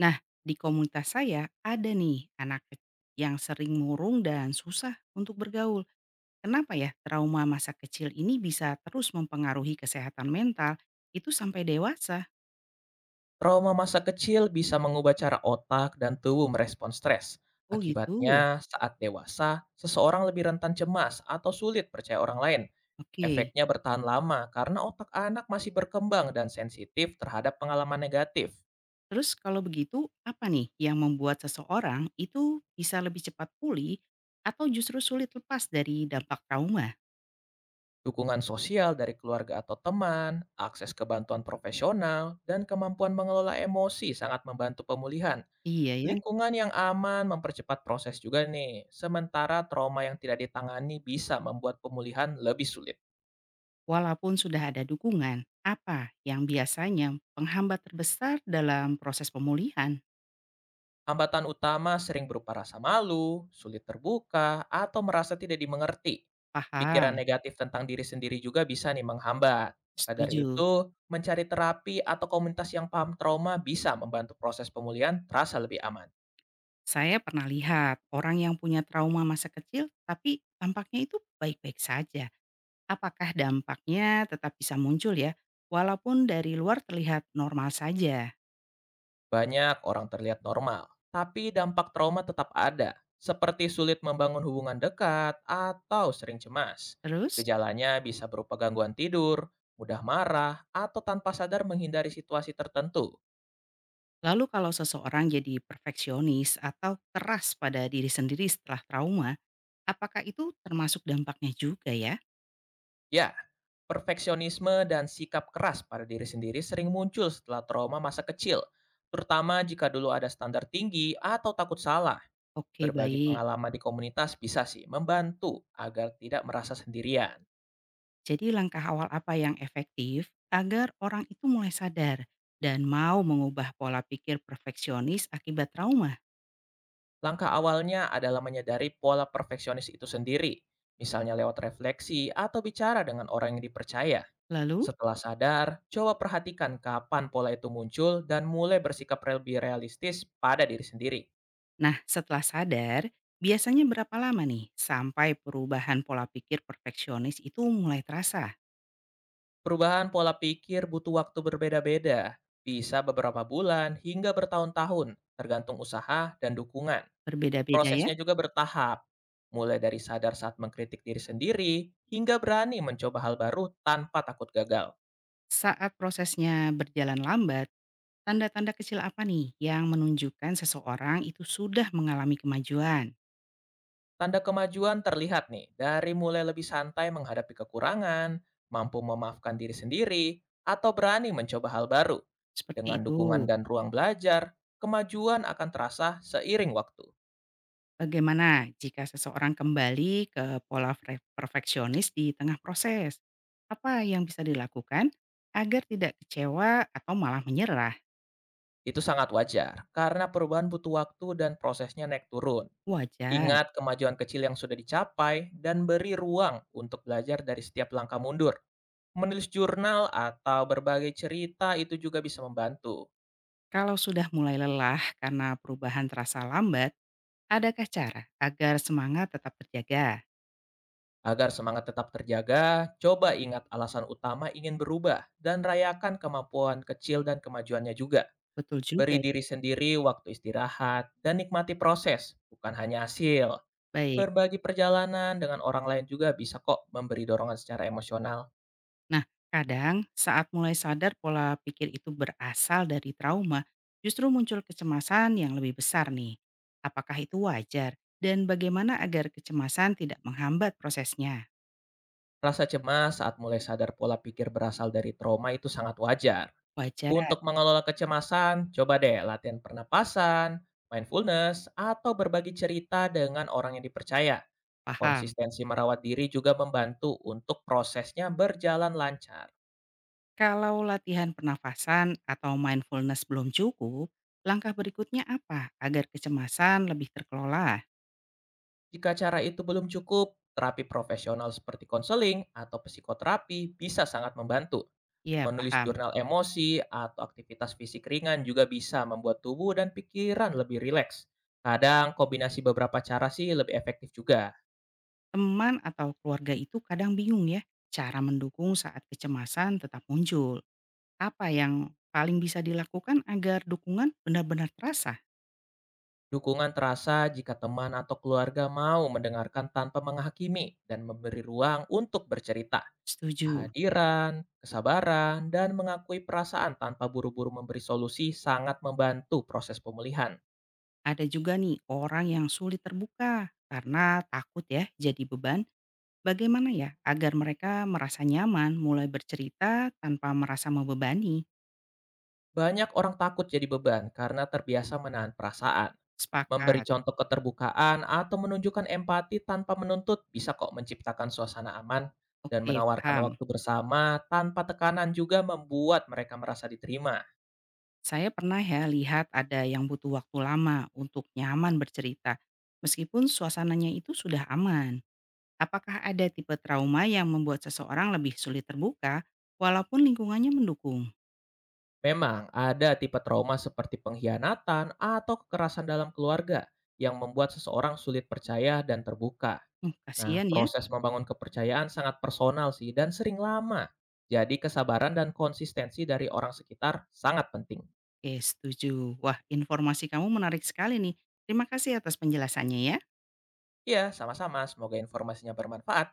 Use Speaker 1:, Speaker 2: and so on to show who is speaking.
Speaker 1: Nah, di komunitas saya ada nih yang sering murung dan susah untuk bergaul. Kenapa ya trauma masa kecil ini bisa terus mempengaruhi kesehatan mental itu sampai dewasa?
Speaker 2: Trauma masa kecil bisa mengubah cara otak dan tubuh merespon stres.
Speaker 1: Oh
Speaker 2: Akibatnya,
Speaker 1: gitu.
Speaker 2: saat dewasa, seseorang lebih rentan cemas atau sulit percaya orang lain.
Speaker 1: Oke.
Speaker 2: Efeknya bertahan lama karena otak anak masih berkembang dan sensitif terhadap pengalaman negatif.
Speaker 1: Terus kalau begitu apa nih yang membuat seseorang itu bisa lebih cepat pulih atau justru sulit lepas dari dampak trauma?
Speaker 2: Dukungan sosial dari keluarga atau teman, akses ke bantuan profesional, dan kemampuan mengelola emosi sangat membantu pemulihan.
Speaker 1: Iya ya.
Speaker 2: Lingkungan yang aman mempercepat proses juga nih, sementara trauma yang tidak ditangani bisa membuat pemulihan lebih sulit.
Speaker 1: Walaupun sudah ada dukungan, apa yang biasanya penghambat terbesar dalam proses pemulihan?
Speaker 2: Hambatan utama sering berupa rasa malu, sulit terbuka, atau merasa tidak dimengerti. Pikiran
Speaker 1: Paham.
Speaker 2: negatif tentang diri sendiri juga bisa nih menghambat. Maka dari
Speaker 1: Setuju.
Speaker 2: itu, mencari terapi atau komunitas yang paham trauma bisa membantu proses pemulihan terasa lebih aman.
Speaker 1: Saya pernah lihat orang yang punya trauma masa kecil, tapi tampaknya itu baik-baik saja. Apakah dampaknya tetap bisa muncul ya, walaupun dari luar terlihat normal saja?
Speaker 2: Banyak orang terlihat normal, tapi dampak trauma tetap ada, seperti sulit membangun hubungan dekat atau sering cemas.
Speaker 1: Terus,
Speaker 2: Gejalanya bisa berupa gangguan tidur, mudah marah, atau tanpa sadar menghindari situasi tertentu.
Speaker 1: lalu kalau seseorang jadi perfeksionis atau keras pada diri sendiri setelah trauma, apakah itu termasuk dampaknya juga ya?
Speaker 2: Ya, perfeksionisme dan sikap keras pada diri sendiri sering muncul setelah trauma masa kecil, terutama jika dulu ada standar tinggi atau takut salah.
Speaker 1: Oke,
Speaker 2: Berbagi
Speaker 1: baik.
Speaker 2: pengalaman di komunitas bisa sih membantu agar tidak merasa sendirian.
Speaker 1: Jadi langkah awal apa yang efektif agar orang itu mulai sadar dan mau mengubah pola pikir perfeksionis akibat trauma?
Speaker 2: Langkah awalnya adalah menyadari pola perfeksionis itu sendiri, misalnya lewat refleksi atau bicara dengan orang yang dipercaya.
Speaker 1: Lalu,
Speaker 2: Setelah sadar, coba perhatikan kapan pola itu muncul dan mulai bersikap lebih realistis pada diri sendiri.
Speaker 1: nah setelah sadar, biasanya berapa lama nih sampai perubahan pola pikir perfeksionis itu mulai terasa?
Speaker 2: Perubahan pola pikir butuh waktu berbeda-beda, bisa beberapa bulan hingga bertahun-tahun, tergantung usaha dan dukungan.
Speaker 1: Berbeda-beda ya?
Speaker 2: Prosesnya juga bertahap, mulai dari sadar saat mengkritik diri sendiri hingga berani mencoba hal baru tanpa takut gagal.
Speaker 1: Saat prosesnya berjalan lambat, tanda-tanda kecil apa nih yang menunjukkan seseorang itu sudah mengalami kemajuan?
Speaker 2: Tanda kemajuan terlihat nih dari mulai lebih santai menghadapi kekurangan, mampu memaafkan diri sendiri, atau berani mencoba hal baru.
Speaker 1: Seperti
Speaker 2: Dengan
Speaker 1: itu.
Speaker 2: dukungan dan ruang belajar, kemajuan akan terasa seiring waktu.
Speaker 1: Bagaimana jika seseorang kembali ke pola perfeksionis di tengah proses? Apa yang bisa dilakukan agar tidak kecewa atau malah menyerah?
Speaker 2: Itu sangat wajar karena perubahan butuh waktu dan prosesnya naik turun.
Speaker 1: Wajar
Speaker 2: Ingat kemajuan kecil yang sudah dicapai dan beri ruang untuk belajar dari setiap langkah mundur. Menulis jurnal atau berbagai cerita itu juga bisa membantu.
Speaker 1: kalau sudah mulai lelah karena perubahan terasa lambat, adakah cara agar semangat tetap terjaga?
Speaker 2: Agar semangat tetap terjaga, coba ingat alasan utama ingin berubah dan rayakan kemampuan kecil dan kemajuannya juga.
Speaker 1: Betul
Speaker 2: Beri
Speaker 1: juga.
Speaker 2: diri sendiri waktu istirahat dan nikmati proses, bukan hanya hasil.
Speaker 1: Baik.
Speaker 2: Berbagi perjalanan dengan orang lain juga bisa kok memberi dorongan secara emosional.
Speaker 1: Nah, kadang saat mulai sadar pola pikir itu berasal dari trauma, justru muncul kecemasan yang lebih besar nih. Apakah itu wajar? Dan bagaimana agar kecemasan tidak menghambat prosesnya?
Speaker 2: Rasa cemas saat mulai sadar pola pikir berasal dari trauma itu sangat wajar.
Speaker 1: Wajar,
Speaker 2: Untuk mengelola kecemasan, coba deh latihan pernapasan, mindfulness, atau berbagi cerita dengan orang yang dipercaya.
Speaker 1: paham.
Speaker 2: Konsistensi merawat diri juga membantu untuk prosesnya berjalan lancar.
Speaker 1: Kalau latihan pernafasan atau mindfulness belum cukup, langkah berikutnya apa agar kecemasan lebih terkelola?
Speaker 2: Jika cara itu belum cukup, terapi profesional seperti konseling atau psikoterapi bisa sangat membantu.
Speaker 1: Iya,
Speaker 2: Menulis
Speaker 1: paham.
Speaker 2: jurnal emosi atau aktivitas fisik ringan juga bisa membuat tubuh dan pikiran lebih rileks. Kadang kombinasi beberapa cara sih lebih efektif juga.
Speaker 1: Teman atau keluarga itu kadang bingung ya cara mendukung saat kecemasan tetap muncul. Apa yang paling bisa dilakukan agar dukungan benar-benar terasa?
Speaker 2: Dukungan terasa jika teman atau keluarga mau mendengarkan tanpa menghakimi dan memberi ruang untuk bercerita.
Speaker 1: Setuju.
Speaker 2: Kehadiran, kesabaran, dan mengakui perasaan tanpa buru-buru memberi solusi sangat membantu proses pemulihan.
Speaker 1: Ada juga nih orang yang sulit terbuka karena takut ya jadi beban. Bagaimana ya agar mereka merasa nyaman mulai bercerita tanpa merasa membebani?
Speaker 2: Banyak orang takut jadi beban karena terbiasa menahan perasaan. Memberi
Speaker 1: Sepakat.
Speaker 2: contoh keterbukaan atau menunjukkan empati tanpa menuntut bisa kok menciptakan suasana aman dan
Speaker 1: Oke,
Speaker 2: menawarkan
Speaker 1: paham.
Speaker 2: waktu bersama tanpa tekanan juga membuat mereka merasa diterima.
Speaker 1: Saya pernah ya lihat ada yang butuh waktu lama untuk nyaman bercerita. Meskipun suasananya itu sudah aman. Apakah ada tipe trauma yang membuat seseorang lebih sulit terbuka, walaupun lingkungannya mendukung?
Speaker 2: Memang ada tipe trauma seperti pengkhianatan atau kekerasan dalam keluarga yang membuat seseorang sulit percaya dan terbuka.
Speaker 1: Hmm,
Speaker 2: Nah,
Speaker 1: kasihan ya.
Speaker 2: proses membangun kepercayaan sangat personal sih dan sering lama. Jadi kesabaran dan konsistensi dari orang sekitar sangat penting.
Speaker 1: Oke, setuju. Wah, informasi kamu menarik sekali nih. Terima kasih atas penjelasannya ya.
Speaker 2: Iya, sama-sama. Semoga informasinya bermanfaat.